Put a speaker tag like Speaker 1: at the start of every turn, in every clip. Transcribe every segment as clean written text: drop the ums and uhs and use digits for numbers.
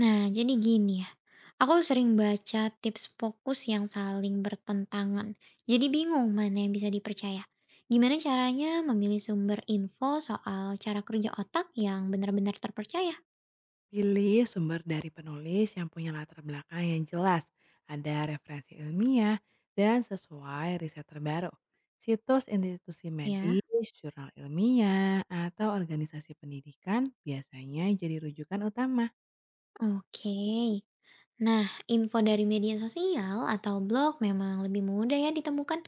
Speaker 1: Nah, jadi gini ya. Aku sering baca tips fokus yang saling bertentangan. Jadi bingung mana yang bisa dipercaya. Gimana caranya memilih sumber info soal cara kerja otak yang benar-benar terpercaya?
Speaker 2: Pilih sumber dari penulis yang punya latar belakang yang jelas, ada referensi ilmiah, dan sesuai riset terbaru. Situs institusi
Speaker 1: Ya,
Speaker 2: medis, jurnal ilmiah, atau organisasi pendidikan biasanya jadi rujukan utama.
Speaker 1: oke. Nah, info dari media sosial atau blog memang lebih mudah ya ditemukan.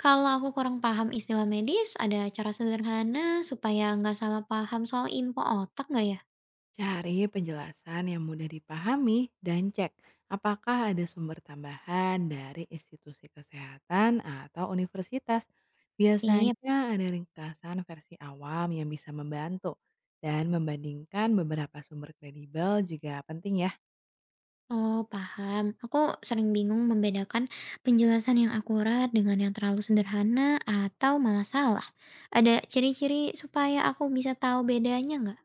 Speaker 1: Kalau aku kurang paham istilah medis, ada cara sederhana supaya nggak salah paham soal info otak nggak ya?
Speaker 2: Cari penjelasan yang mudah dipahami dan cek apakah ada sumber tambahan dari institusi kesehatan atau universitas.
Speaker 1: Iya.
Speaker 2: Biasanya ada ringkasan versi awam yang bisa membantu dan membandingkan beberapa sumber kredibel juga penting ya.
Speaker 1: Oh, paham. Aku sering bingung membedakan penjelasan yang akurat dengan yang terlalu sederhana atau malah salah. Ada ciri-ciri supaya aku bisa tahu bedanya nggak?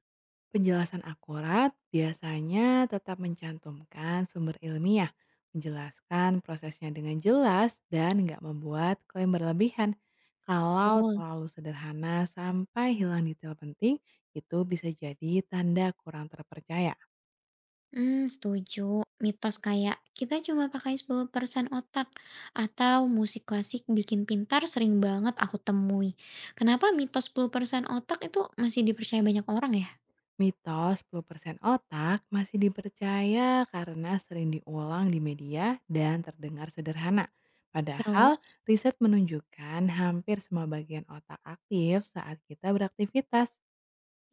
Speaker 2: Penjelasan akurat biasanya tetap mencantumkan sumber ilmiah, menjelaskan prosesnya dengan jelas dan nggak membuat klaim berlebihan. Kalau
Speaker 1: Betul.
Speaker 2: terlalu sederhana sampai hilang detail penting, itu bisa jadi tanda kurang terpercaya.
Speaker 1: Hmm, setuju. Mitos kayak kita cuma pakai 10% otak atau musik klasik bikin pintar sering banget aku temui. Kenapa mitos 10% otak itu masih dipercaya banyak orang ya?
Speaker 2: Mitos 10% otak masih dipercaya karena sering diulang di media dan terdengar sederhana. Padahal,
Speaker 1: Terus?
Speaker 2: riset menunjukkan hampir semua bagian otak aktif saat kita beraktivitas.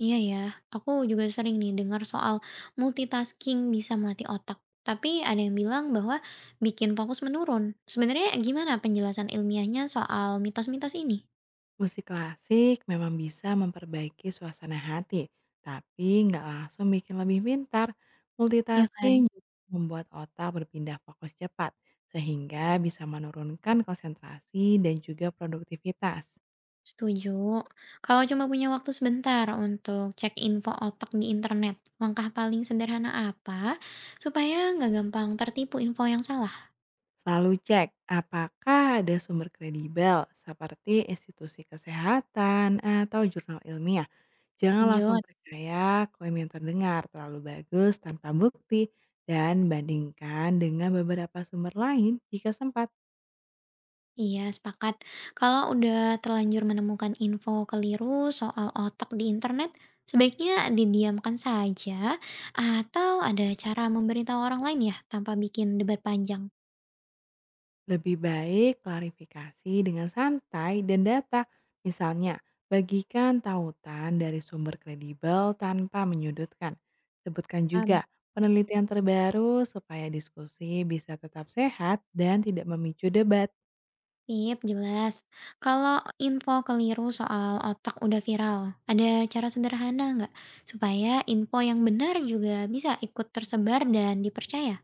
Speaker 1: Iya ya, aku juga sering nih dengar soal multitasking bisa melatih otak. Tapi ada yang bilang bahwa bikin fokus menurun. Sebenarnya gimana penjelasan ilmiahnya soal mitos-mitos ini?
Speaker 2: Musik klasik memang bisa memperbaiki suasana hati, tapi nggak langsung bikin lebih pintar.
Speaker 1: Iya kan?
Speaker 2: Multitasking juga membuat otak berpindah fokus cepat, sehingga bisa menurunkan konsentrasi dan juga produktivitas.
Speaker 1: Setuju. Kalau cuma punya waktu sebentar untuk cek info otak di internet, langkah paling sederhana apa supaya nggak gampang tertipu info yang salah?
Speaker 2: Selalu cek apakah ada sumber kredibel seperti institusi kesehatan atau jurnal ilmiah. Jangan langsung
Speaker 1: Lanjut.
Speaker 2: percaya klaim yang terdengar terlalu bagus tanpa bukti dan bandingkan dengan beberapa sumber lain jika sempat.
Speaker 1: Iya, sepakat. Kalau udah terlanjur menemukan info keliru soal otak di internet, sebaiknya didiamkan saja atau ada cara memberitahu orang lain ya tanpa bikin debat panjang.
Speaker 2: Lebih baik klarifikasi dengan santai dan data. Misalnya, bagikan tautan dari sumber kredibel tanpa menyudutkan. Sebutkan
Speaker 1: Am,
Speaker 2: juga penelitian terbaru supaya diskusi bisa tetap sehat dan tidak memicu debat.
Speaker 1: Sip, jelas. Kalau info keliru soal otak udah viral, ada cara sederhana nggak supaya info yang benar juga bisa ikut tersebar dan dipercaya?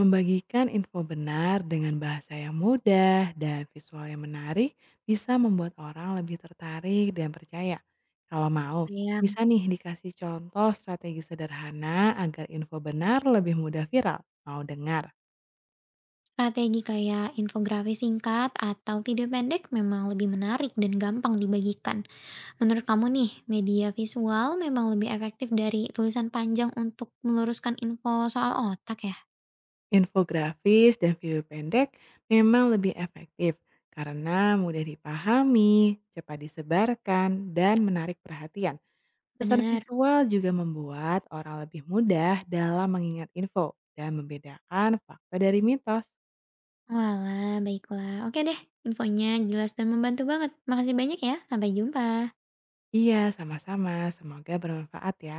Speaker 2: Membagikan info benar dengan bahasa yang mudah dan visual yang menarik bisa membuat orang lebih tertarik dan percaya. Kalau mau,
Speaker 1: Ya.
Speaker 2: bisa nih dikasih contoh strategi sederhana agar info benar lebih mudah viral. Mau dengar?
Speaker 1: Strategi kayak infografis singkat atau video pendek memang lebih menarik dan gampang dibagikan. Menurut kamu nih, media visual memang lebih efektif dari tulisan panjang untuk meluruskan info soal otak ya?
Speaker 2: Infografis dan video pendek memang lebih efektif karena mudah dipahami, cepat disebarkan, dan menarik perhatian. Kesan
Speaker 1: Benar.
Speaker 2: visual juga membuat orang lebih mudah dalam mengingat info dan membedakan fakta dari mitos.
Speaker 1: Walah, baiklah. Oke deh, infonya jelas dan membantu banget. Makasih banyak ya. Sampai jumpa.
Speaker 2: Iya, sama-sama. Semoga bermanfaat ya.